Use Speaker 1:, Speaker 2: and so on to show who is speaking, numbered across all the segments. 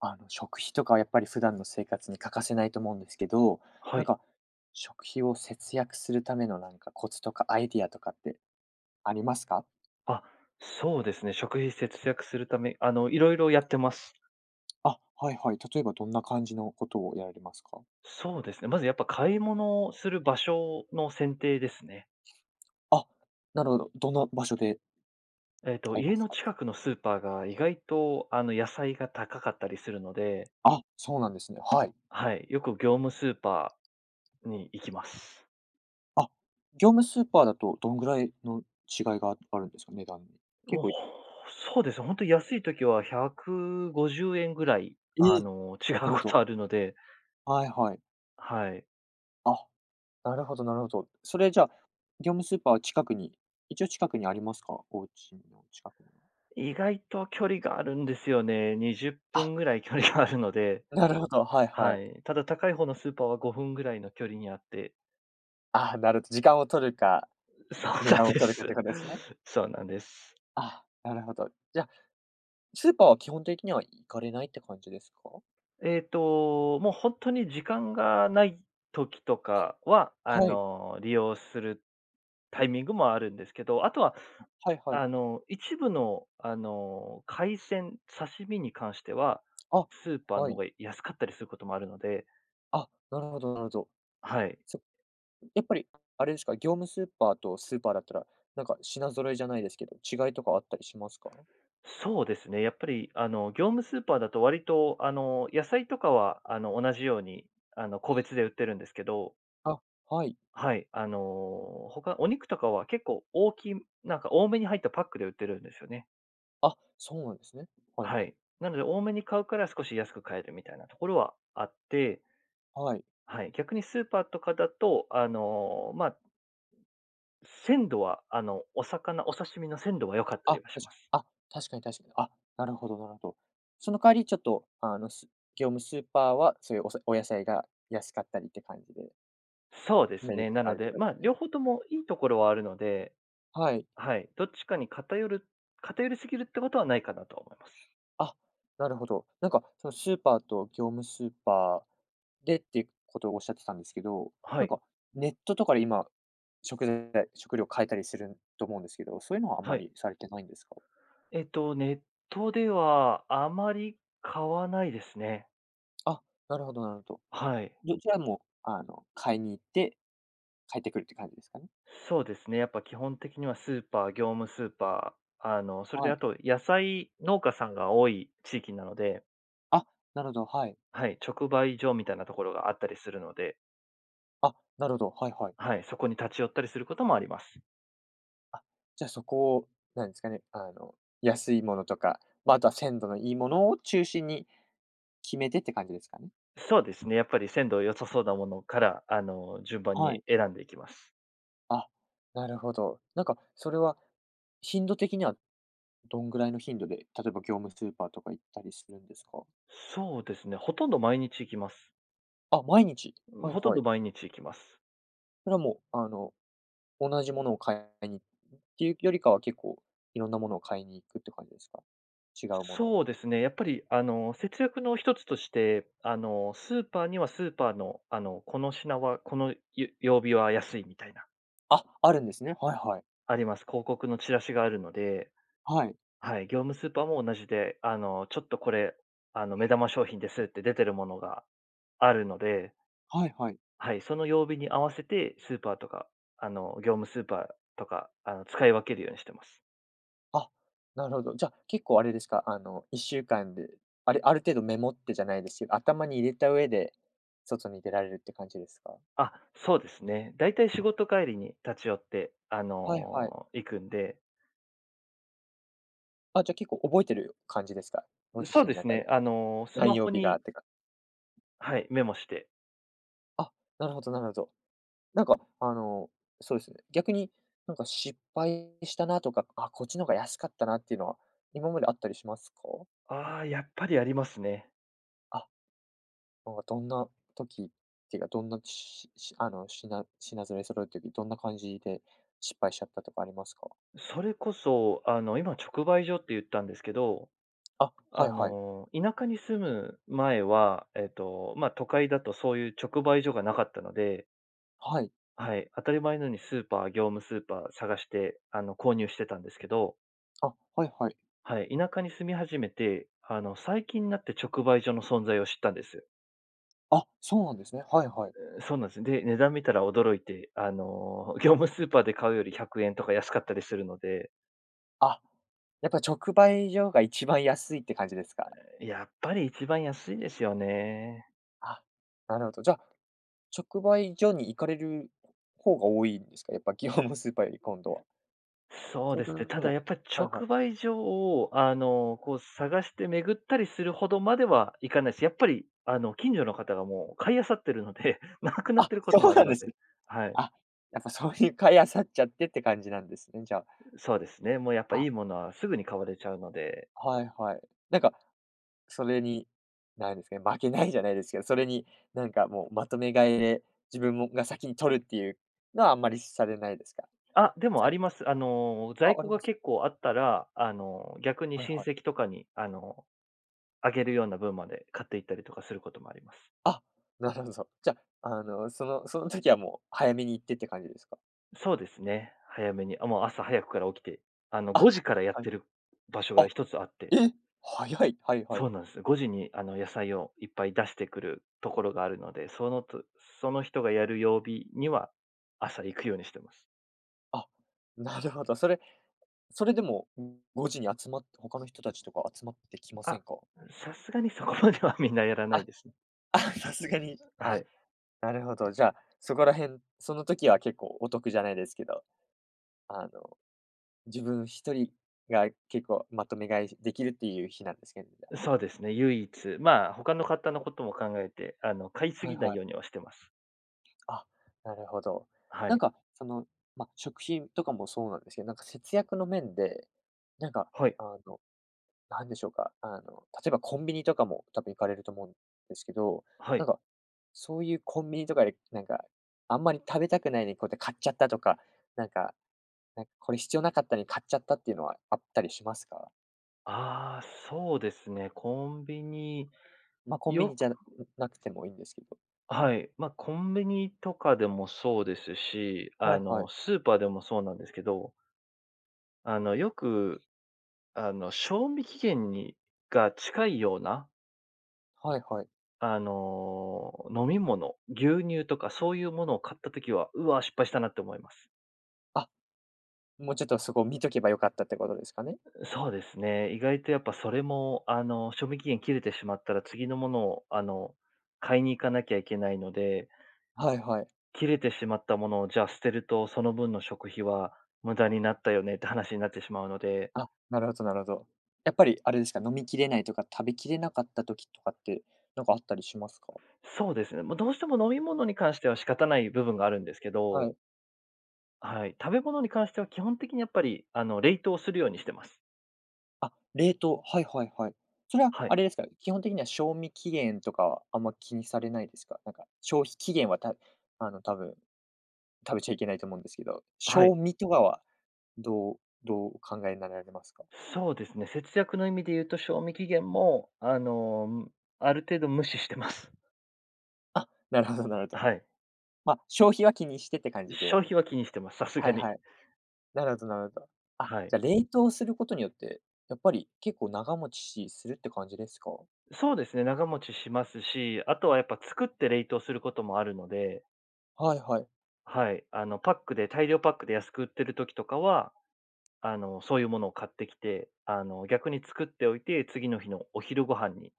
Speaker 1: 食費とかはやっぱり普段の生活に欠かせないと思うんですけど、
Speaker 2: は
Speaker 1: なん
Speaker 2: い。
Speaker 1: か、食費を節約するためのコツとかアイディアとかってありますか？
Speaker 2: あ、そうですね。食費節約するため、いろいろやってます。
Speaker 1: あ、はいはい。例えばどんな感じのことをやられますか？
Speaker 2: そうですね。まずやっぱ買い物をする場所の選定ですね。
Speaker 1: あ、なるほど。どんな場所で買いま
Speaker 2: 家
Speaker 1: す
Speaker 2: の
Speaker 1: か？
Speaker 2: 近くのスーパーが意外と、野菜が高かったりするので、
Speaker 1: あ、そうなんですね。はい。
Speaker 2: はい。よく業務スーパーに行きます。
Speaker 1: あ、業務スーパーだとどんぐらいの違いがあるんですか？値段に。結
Speaker 2: もう、
Speaker 1: 構い
Speaker 2: そうですね。本当ん安い時は150円ぐらい、
Speaker 1: えー、
Speaker 2: 違う
Speaker 1: なるほ
Speaker 2: こと
Speaker 1: ど。
Speaker 2: あるので、
Speaker 1: はいはい。
Speaker 2: はい。
Speaker 1: あなるほどなるほど。それじゃあ、業務スーパーは近くに一応近くにありますか？お家の近くには。
Speaker 2: 意外と距離があるんですよね。20
Speaker 1: あ、
Speaker 2: 分ぐらい距離があるので。
Speaker 1: なるほど、はいは
Speaker 2: は
Speaker 1: い。
Speaker 2: い。ただ高い方のスーパーは5分ぐらいの距離にあって、
Speaker 1: ああ、なるほど、時間を取るか、
Speaker 2: そう
Speaker 1: 値
Speaker 2: なん
Speaker 1: 段を
Speaker 2: で
Speaker 1: 取るか
Speaker 2: す。
Speaker 1: ってことですね。
Speaker 2: そうなんです。
Speaker 1: あ、なるほど。じゃあ、スーパーは基本的には行かれないって感じですか？
Speaker 2: もう本当に時間がない時とかは、
Speaker 1: はい。
Speaker 2: 利用するタイミングもあるんですけど、あとは、
Speaker 1: はいはい。
Speaker 2: 一部の、海鮮、刺身に関しては、
Speaker 1: あ、
Speaker 2: スーパー
Speaker 1: は
Speaker 2: の方
Speaker 1: い。
Speaker 2: が安かったりすることもあるので、
Speaker 1: あ、なるほどなるほど。
Speaker 2: はい。
Speaker 1: そやっぱりあれですか、業務スーパーとスーパーだったら、品揃えじゃないですけど、違いとかあったりしますか？
Speaker 2: そうですね。やっぱり、業務スーパーだと割と、野菜とかは、同じように、個別で売ってるんですけど、
Speaker 1: あ、はい。
Speaker 2: はい、他、お肉とかは結構大きい、なんか多めに入ったパックで売ってるんですよね。
Speaker 1: あ、そうなんですね。はい
Speaker 2: は
Speaker 1: は
Speaker 2: い。
Speaker 1: い。
Speaker 2: なので、多めに買うから少し安く買えるみたいなところはあって、
Speaker 1: はい。
Speaker 2: はい。逆にスーパーとかだと、まあ、鮮度は、お魚、お刺身の鮮度は良かった
Speaker 1: あ、
Speaker 2: りはし
Speaker 1: 確
Speaker 2: ます。
Speaker 1: かあ、確かに確かに。あ、なるほどなるほど。その代わりちょっと、業務スーパーは、そういうおさお野菜が安かったりって感じで、
Speaker 2: そうです
Speaker 1: メリッ
Speaker 2: ね。
Speaker 1: ト
Speaker 2: な
Speaker 1: があ
Speaker 2: の
Speaker 1: るって
Speaker 2: で、
Speaker 1: こと
Speaker 2: ま
Speaker 1: で
Speaker 2: あ、
Speaker 1: すね。
Speaker 2: 両方ともいいところはあるので、
Speaker 1: はい。
Speaker 2: はい、どっちかに偏りすぎるってことはないかなと思います。
Speaker 1: あ、なるほど。そのスーパーと業務スーパーでっていうことをおっしゃってたんですけど、
Speaker 2: は
Speaker 1: なん
Speaker 2: い、
Speaker 1: か、ネットとかで今、食材食料買えたりすると思うんですけど、そういうのはあんま
Speaker 2: はい。
Speaker 1: りされてないんですか？
Speaker 2: ネットではあまり買わないですね。
Speaker 1: あ、なるほどなるほど。
Speaker 2: はい。
Speaker 1: どちらも、買いに行って帰ってくるって感じですかね？
Speaker 2: そうですね。やっぱ基本的にはスーパー、業務スーパー、それ
Speaker 1: は
Speaker 2: であ
Speaker 1: い。
Speaker 2: と野菜農家さんが多い地域なので、
Speaker 1: あ、なるほど、はい。
Speaker 2: はい、直売所みたいなところがあったりするので、
Speaker 1: あ、なるほど、はいはい。
Speaker 2: はい、そこに立ち寄ったりすることもあります。
Speaker 1: あ、じゃあそこを、なんですかね、安いものとか、まあ、あとは鮮度のいいものを中心に決めてって感じですかね？
Speaker 2: そうですね。やっぱり鮮度良さそうなものから、順番
Speaker 1: は
Speaker 2: に
Speaker 1: い。
Speaker 2: 選んでいきます。
Speaker 1: あ、なるほど。なんかそれは、頻度的にはどんぐらいの頻度で、例えば業務スーパーとか行ったりするんですか？
Speaker 2: そうですね、ほとんど毎日行きます。
Speaker 1: あ、毎日。はい
Speaker 2: ほとん
Speaker 1: は
Speaker 2: ど
Speaker 1: い。
Speaker 2: 毎日行きます。
Speaker 1: それはもう、同じものを買いにっていうよりかは結構いろんなものを買いに行くって感じですか？違うもの
Speaker 2: そ
Speaker 1: を。
Speaker 2: うですね、やっぱり、節約の一つとして、スーパーにはスーパーの、この品は、このゆ曜日は安いみたいな、
Speaker 1: あ、あるんですね。はいはい。
Speaker 2: あります。広告のチラシがあるので、
Speaker 1: はい。
Speaker 2: はい、業務スーパーも同じで、ちょっとこれ、目玉商品ですって出てるものがあるので、
Speaker 1: はいはい。
Speaker 2: はい、その曜日に合わせてスーパーとか、業務スーパーとか、使い分けるようにしてます。
Speaker 1: あ、なるほど。じゃ、結構あれですか、あの、1週間で、あれある程度メモってじゃないですけど、頭に入れた上で、外に出られるって感じですか？
Speaker 2: あ、そうですね。だいたい仕事帰りに立ち寄って、
Speaker 1: はいはい。
Speaker 2: 行くんで、
Speaker 1: あ、じゃ、結構覚えてる感じですか？ご自
Speaker 2: そう
Speaker 1: 身
Speaker 2: で
Speaker 1: の
Speaker 2: す
Speaker 1: 中
Speaker 2: ね、
Speaker 1: で。
Speaker 2: ス
Speaker 1: 何
Speaker 2: マホ
Speaker 1: 曜日が
Speaker 2: に、
Speaker 1: ってか。
Speaker 2: はい、メモして。
Speaker 1: あ、なるほどなるほど。なんか、あの、そうですね、逆に、なんか失敗したなとか、あ、こっちの方が安かったなっていうのは、今まであったりしますか？
Speaker 2: ああ、やっぱりありますね。
Speaker 1: あなんかどんな時っていうか、どんなししあの、品揃える時、どんな感じで失敗しちゃったとかありますか？
Speaker 2: それこそ、今直売所って言ったんですけど、
Speaker 1: あ、はいはい。
Speaker 2: 田舎に住む前は、まあ、都会だとそういう直売所がなかったので、
Speaker 1: はい。
Speaker 2: はい、当たり前のようにスーパー業務スーパー探して、購入してたんですけど、
Speaker 1: あ、はいはい。
Speaker 2: はい、田舎に住み始めて、最近になって直売所の存在を知ったんです。
Speaker 1: あ、そうなんですね。はいはい。
Speaker 2: そうなんです。で、値段見たら驚いて、業務スーパーで買うより100円とか安かったりするので、
Speaker 1: あ、やっぱ直売所が一番安いって感じですか？
Speaker 2: やっぱり一番安いですよね。
Speaker 1: あ、なるほど。じゃあ、直売所に行かれる方が多いんですか？やっぱ業務スーパーより今度は。
Speaker 2: そう
Speaker 1: そ
Speaker 2: で
Speaker 1: れと
Speaker 2: すね。ただ
Speaker 1: も
Speaker 2: やっぱり
Speaker 1: はいは
Speaker 2: 直
Speaker 1: い。
Speaker 2: 売所を、こう探して巡ったりするほどまではいかないし、やっぱり、近所の方がもう買い漁ってるので、なくなっ
Speaker 1: あ、
Speaker 2: てることも
Speaker 1: そ
Speaker 2: あ
Speaker 1: う
Speaker 2: る
Speaker 1: なん
Speaker 2: の
Speaker 1: です
Speaker 2: で、
Speaker 1: ね。
Speaker 2: はい。
Speaker 1: あ、やっぱそういう買い漁っちゃってって感じなんですね、じゃあ。
Speaker 2: そうですね。もうやっぱい
Speaker 1: あ
Speaker 2: いものはすぐに買われちゃうので、
Speaker 1: はいはい。なんか、それに、なんですかね、負けないじゃないですけど、それにもうまとめ買いで、自分もが先に取るっていうのはあんまりされないですか？
Speaker 2: あ、でも
Speaker 1: さ
Speaker 2: あります。
Speaker 1: あ、
Speaker 2: 在
Speaker 1: あ
Speaker 2: 庫
Speaker 1: り
Speaker 2: が
Speaker 1: ます。
Speaker 2: 結構あったら、逆に
Speaker 1: はい
Speaker 2: 親
Speaker 1: はい。
Speaker 2: 戚とかに、あげるような分まで買っていったりとかすることもあります。
Speaker 1: あ、なるほど。じゃあ、あの、その時はもう早めに行ってって感じですか？
Speaker 2: そうですね。早めに、あ、もう朝早くから起きて、
Speaker 1: あ、
Speaker 2: 5時からやっ
Speaker 1: はい。
Speaker 2: てる場所が
Speaker 1: あ、
Speaker 2: 一つあって、
Speaker 1: え、早い。はいは
Speaker 2: そ
Speaker 1: い。
Speaker 2: うなんです。5時にあの野菜をいっぱい出してくるところがあるので、そのと、その人がやる曜日には朝行くようにしてます。
Speaker 1: あ、なるほど。それでも、5時に集まって他の人たちとか集まってきません
Speaker 2: あ、
Speaker 1: か？
Speaker 2: さすがにそこまではみんなやらない
Speaker 1: あ、
Speaker 2: ですね。
Speaker 1: あ、さすがに、
Speaker 2: は
Speaker 1: あ
Speaker 2: い。
Speaker 1: なるほど、じゃあ、そこら辺、その時は結構お得じゃないですけど、あの、自分一人が結構まとめ買いできるっていう日なんですけど、じゃあ。
Speaker 2: そうですね、唯一、まあ、他の方のことも考えて、買いす
Speaker 1: はい
Speaker 2: ぎない
Speaker 1: はい。
Speaker 2: ようにはしてます。
Speaker 1: あ、なるほど。
Speaker 2: は
Speaker 1: なん
Speaker 2: い。
Speaker 1: か、その、まあ、食品とかもそうなんですけど、節約の面で、なんか、
Speaker 2: はい。
Speaker 1: あの、なんでしょうか、あの、例えばコンビニとかも多分行かれると思うんですけど、
Speaker 2: は
Speaker 1: な
Speaker 2: い。
Speaker 1: んか、そういうコンビニとかで、あんまり食べたくないのにこうやって買っちゃったとか、なんかなんかこれ必要なかったのに買っちゃったっていうのはあったりしますか？
Speaker 2: ああ、そうですね。コンビニ、
Speaker 1: まあ、コンビ
Speaker 2: よ
Speaker 1: ニじ
Speaker 2: く、
Speaker 1: ゃなくてもいいんですけど。
Speaker 2: はい。まあ、コンビニとかでもそうですし、
Speaker 1: はいはい。
Speaker 2: スーパーでもそうなんですけど、よく、賞味期限が近いような、
Speaker 1: はいはい。
Speaker 2: 飲み物、牛乳とかそういうものを買ったときは、うわ、失敗したなって思います。
Speaker 1: あ、もうちょっとそこ見とけばよかったってことですかね？
Speaker 2: そうですね。意外とやっぱそれも、賞味期限切れてしまったら次のものを、買いに行かなきゃいけないので、
Speaker 1: はいはい。
Speaker 2: 切れてしまったものをじゃあ捨てると、その分の食費は無駄になったよねって話になってしまうので、
Speaker 1: あ、なるほどなるほど。やっぱりあれですか、飲みきれないとか、食べきれなかった時とかって、なんかあったりしますか？
Speaker 2: そうですね。もうどうしても飲み物に関しては仕方ない部分があるんですけ
Speaker 1: は
Speaker 2: ど、
Speaker 1: い。
Speaker 2: はい。食べ物に関しては基本的にやっぱり、冷凍するようにしてます。
Speaker 1: あ、冷凍、はいはいはい。それは
Speaker 2: はい。
Speaker 1: あれですか、基本的には賞味期限とかはあんま気にされないですか？なんか消費期限はた多分食べちゃいけないと思うんですけど、
Speaker 2: はい。
Speaker 1: 賞味とかはどうどうお考えになられますか？
Speaker 2: そうですね。節約の意味で言うと、賞味期限も、ある程度無視してます。
Speaker 1: あ、なるほどなるほど。
Speaker 2: はい。
Speaker 1: まあ、消費は気にしてって感じで。
Speaker 2: 消費は気にしてます、さす
Speaker 1: は
Speaker 2: が
Speaker 1: いは
Speaker 2: に。
Speaker 1: い。なるほどなるほど。あ、
Speaker 2: はい。
Speaker 1: じゃ、冷凍することによって、やっぱり結構長持ちするって感じですか？
Speaker 2: そうですね、長持ちしますし、あとはやっぱ作って冷凍することもあるので、
Speaker 1: はいはい。
Speaker 2: はい、パックで、大量パックで安く売ってる時とかは、そういうものを買ってきて、逆に作っておいて、次の日のお昼ご飯に、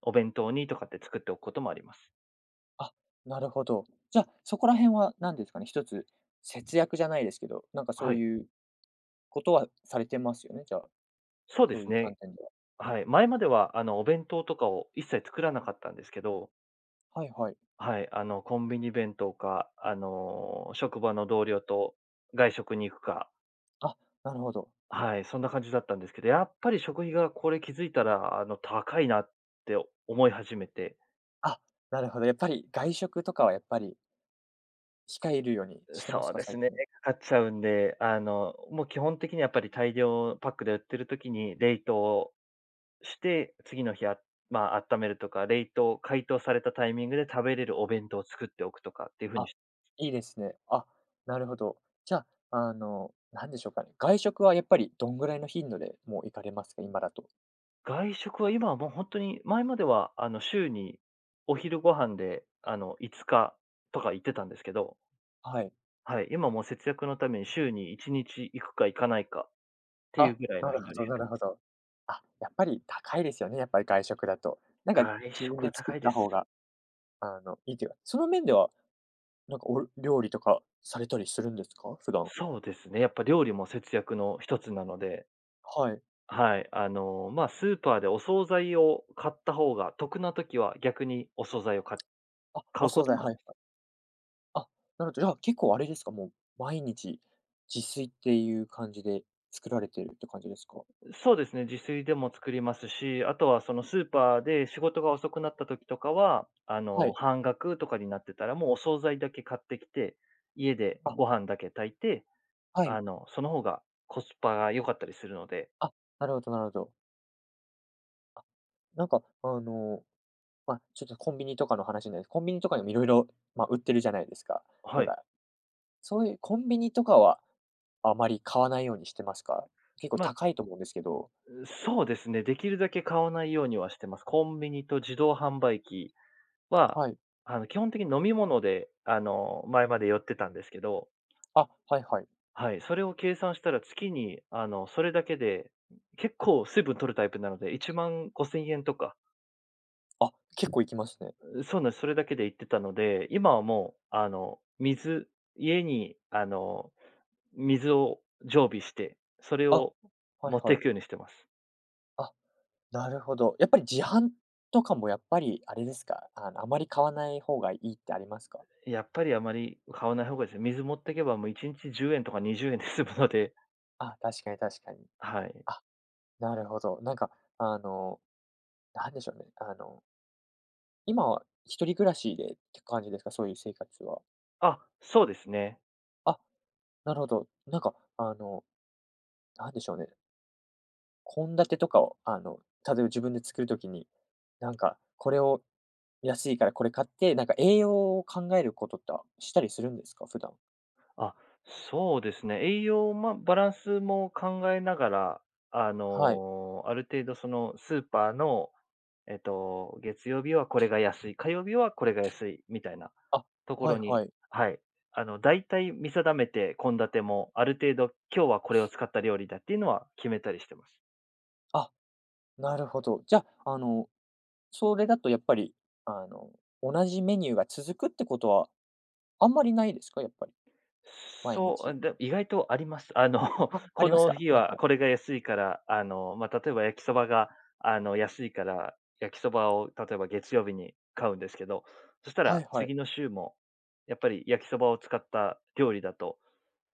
Speaker 2: お弁当にとかって作っておくこともあります。
Speaker 1: あ、なるほど。じゃあ、そこら辺は何ですかね、一つ節約じゃないですけど、なんかそ
Speaker 2: は
Speaker 1: う
Speaker 2: い。
Speaker 1: いうことはされてますよね、じゃあ、
Speaker 2: そうで
Speaker 1: そう
Speaker 2: す
Speaker 1: いう
Speaker 2: ね。
Speaker 1: 観点では。
Speaker 2: はい。前までは、お弁当とかを一切作らなかったんですけど、
Speaker 1: はいはい。
Speaker 2: はい。コンビニ弁当か、職場の同僚と外食に行くか、
Speaker 1: あ、なるほど。
Speaker 2: はい、そんな感じだったんですけど、やっぱり食費がこれ気づいたら、高いなって思い始めて、
Speaker 1: あ、なるほど。やっぱり外食とかはやっぱり控えるようにしてま
Speaker 2: そ
Speaker 1: す
Speaker 2: う
Speaker 1: か？
Speaker 2: です
Speaker 1: 最
Speaker 2: ね、
Speaker 1: 近。
Speaker 2: かかっちゃうんで、もう基本的にやっぱり大量パックで売ってる時に冷凍して、次の日、まあ、温めるとか、冷凍解凍されたタイミングで食べれるお弁当を作っておくとかっていう風に
Speaker 1: あ、
Speaker 2: し。
Speaker 1: いいですね。あ、なるほど。じゃあ、あの、なんでしょうかね。外食はやっぱりどんぐらいの頻度でもう行かれますか？今だと。
Speaker 2: 外食は今はもう本当に、前までは、週にお昼ご飯で、5日とか行ってたんですけど、
Speaker 1: はい。
Speaker 2: はい、今もう節約のために週に1日行くか行かないかっていう
Speaker 1: あ、
Speaker 2: ぐらい
Speaker 1: な
Speaker 2: の
Speaker 1: る
Speaker 2: 頻度
Speaker 1: ほ
Speaker 2: でし
Speaker 1: どなるほど。あ、やっぱり高いですよね、やっぱり外食だと。なんか
Speaker 2: た。外
Speaker 1: 自分
Speaker 2: 食
Speaker 1: で
Speaker 2: は
Speaker 1: 作っ
Speaker 2: 高いで
Speaker 1: た
Speaker 2: す。
Speaker 1: 方が、いいというか、その面では、なんかお料理とかされたりするんですか？普段。
Speaker 2: そうですね、やっぱ料理も節約の一つなので、
Speaker 1: はい。
Speaker 2: はい、まあ、スーパーでお惣菜を買った方が得な時は逆にお惣菜を
Speaker 1: あ、
Speaker 2: 買
Speaker 1: お
Speaker 2: うこ
Speaker 1: 惣
Speaker 2: と
Speaker 1: 菜、
Speaker 2: も
Speaker 1: は
Speaker 2: あ
Speaker 1: い
Speaker 2: り
Speaker 1: はい。
Speaker 2: ます。
Speaker 1: あ、なるほど。じゃあ、結構あれですか、もう毎日自炊っていう感じで作られてるって感じですか？
Speaker 2: そうですね、自炊でも作りますし、あとはそのスーパーで仕事が遅くなった時とかは、
Speaker 1: はい。
Speaker 2: 半額とかになってたらもうお惣菜だけ買ってきて、家で
Speaker 1: あ、
Speaker 2: ご飯だけ炊いて、
Speaker 1: はい。
Speaker 2: その方がコスパが良かったりするので。
Speaker 1: あ、なるほどなるほど。あ、なんか、あの、まあ、ちょっとコンビニとかの話になるんです。コンビニとかにもいろいろまあ、売ってるじゃないですか。
Speaker 2: は
Speaker 1: なん
Speaker 2: い。
Speaker 1: か、そういうコンビニとかは、あまり買わないようにしてますか？結構
Speaker 2: まあ、
Speaker 1: 高いと思うんですけど。
Speaker 2: そうですね、できるだけ買わないようにはしてます。コンビニと自動販売機は、
Speaker 1: はい。
Speaker 2: 基本的に飲み物で、前まで寄ってたんですけど、
Speaker 1: あ、はいはい。
Speaker 2: はい、それを計算したら月に、それだけで、結構水分取るタイプなので、1万5千円とか、
Speaker 1: あ、結構行きますね。
Speaker 2: そうなんです、それだけで行ってたので、今はもう、水、家に、水を常備して、それ
Speaker 1: あ、
Speaker 2: を
Speaker 1: はい
Speaker 2: 持って
Speaker 1: は
Speaker 2: い
Speaker 1: い。
Speaker 2: くようにしてます。
Speaker 1: あ、なるほど。やっぱり自販とかもやっぱりあれですか、あまり買わない方がいいってありますか？
Speaker 2: やっぱりあまり買わない方がいいですね。水持っていけばもう1日10円とか20円で済むので、
Speaker 1: あ、確かに確かに。
Speaker 2: はい。
Speaker 1: あ、なるほど。あの、なんでしょうね、あの今は一人暮らしでって感じですか？そういう生活は。
Speaker 2: あ、そうですね。
Speaker 1: あ、なるほど。なんでしょうね、献立とかを、例えば自分で作るときに、これを安いからこれ買って、なんか栄養を考えることってしたりするんですか？普段。
Speaker 2: あ、そうですね。栄養、ま、バランスも考えながら、
Speaker 1: はい。
Speaker 2: ある程度そのスーパーの、月曜日はこれが安い、火曜日はこれが安いみたいな
Speaker 1: あ、
Speaker 2: とこ
Speaker 1: は
Speaker 2: ろ
Speaker 1: い
Speaker 2: に、
Speaker 1: はい。
Speaker 2: はい。大体見定めて献立も、ある程度今日はこれを使った料理だっていうのは決めたりしてます。
Speaker 1: あ、なるほど。じゃあ、それだとやっぱり、あの、同じメニューが続くってことはあんまりないですか？やっぱり、毎
Speaker 2: そ
Speaker 1: 日。
Speaker 2: う、で、意外とあります。
Speaker 1: あ、あ
Speaker 2: こ
Speaker 1: ります
Speaker 2: の
Speaker 1: か？
Speaker 2: 日
Speaker 1: はい
Speaker 2: は
Speaker 1: は
Speaker 2: これ
Speaker 1: い。
Speaker 2: が安いから、まあ、例えば焼きそばが、安いから、焼きそばを例えば月曜日に買うんですけど、そした
Speaker 1: は
Speaker 2: ら
Speaker 1: いはい。
Speaker 2: 次の週も、やっぱり焼きそばを使った料理だと、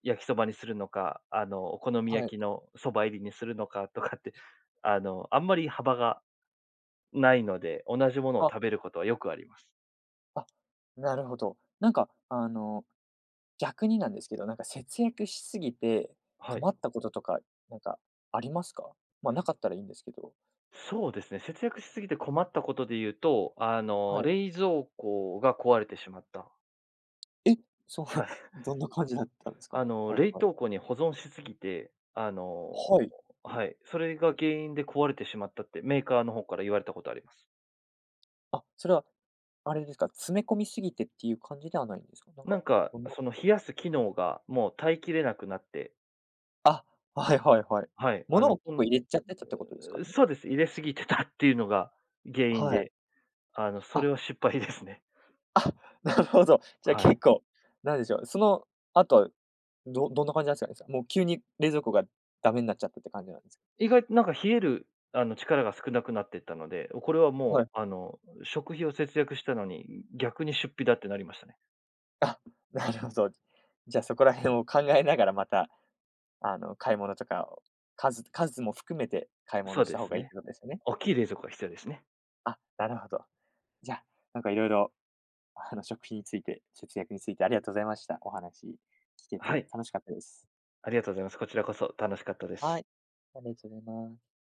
Speaker 2: 焼きそばにするのか、お好み
Speaker 1: はい。
Speaker 2: 焼きのそば入りにするのかとかって、あんまり幅がないので、同じものを
Speaker 1: あ
Speaker 2: 食べることはよくあります。
Speaker 1: あ、なるほど。逆になんですけど、なんか節約しすぎて
Speaker 2: はい。
Speaker 1: 困ったこととか、なんかありますか？まあ、なかったらいいんですけど。
Speaker 2: そうですね、節約しすぎて困ったことで言うと、
Speaker 1: はい。
Speaker 2: 冷蔵庫が壊れてしまった。
Speaker 1: え、そう、
Speaker 2: はい。
Speaker 1: どんな感じだったんですか？はい
Speaker 2: 冷
Speaker 1: はい。
Speaker 2: 凍庫に保存しすぎて、
Speaker 1: はい。
Speaker 2: はい、それが原因で壊れてしまったってメーカーの方から言われたことあります。
Speaker 1: あ、それは、あれですか、詰め込みすぎてっていう感じではないんですか？なん
Speaker 2: な
Speaker 1: か、
Speaker 2: んか、
Speaker 1: もの
Speaker 2: その冷やす機能がもう耐えきれなくなって、
Speaker 1: あ、はいはいはい。
Speaker 2: はい、
Speaker 1: 物を
Speaker 2: こ
Speaker 1: 結
Speaker 2: ん
Speaker 1: 構入れちゃってたってことですか
Speaker 2: うー
Speaker 1: ね？
Speaker 2: そうです、入れすぎてたっていうのが原因
Speaker 1: はい。
Speaker 2: で、そ
Speaker 1: あ
Speaker 2: れは失敗ですね。
Speaker 1: あ、なるほど。じゃあ
Speaker 2: はい。
Speaker 1: 結構、なんでしょう、その後、どんな感じなんですかね？さもう急に冷蔵庫がダメになっちゃったって感じなんですか
Speaker 2: 意外となんか冷える、力が少なくなってったので、これは
Speaker 1: は
Speaker 2: もう、
Speaker 1: い。
Speaker 2: 食費を節約したのに、逆に出費だってなりましたね。
Speaker 1: あ、なるほど。じゃあそこら辺を考えながらまた、買い物とかを、数も含めて買い
Speaker 2: そ
Speaker 1: 物
Speaker 2: う
Speaker 1: した
Speaker 2: で
Speaker 1: 方
Speaker 2: す
Speaker 1: がいいっ
Speaker 2: ね。
Speaker 1: てことですよね。
Speaker 2: 大きい冷蔵庫が必要ですね。
Speaker 1: あ、なるほど。じゃあ、なんかいろいろ食費について、節約についてありがとうございました。お話聞け
Speaker 2: は
Speaker 1: て
Speaker 2: い、
Speaker 1: 楽しかったです。
Speaker 2: ありがとうございます。こちらこそ楽しかったで
Speaker 1: は
Speaker 2: す。
Speaker 1: い、ありがとうございます。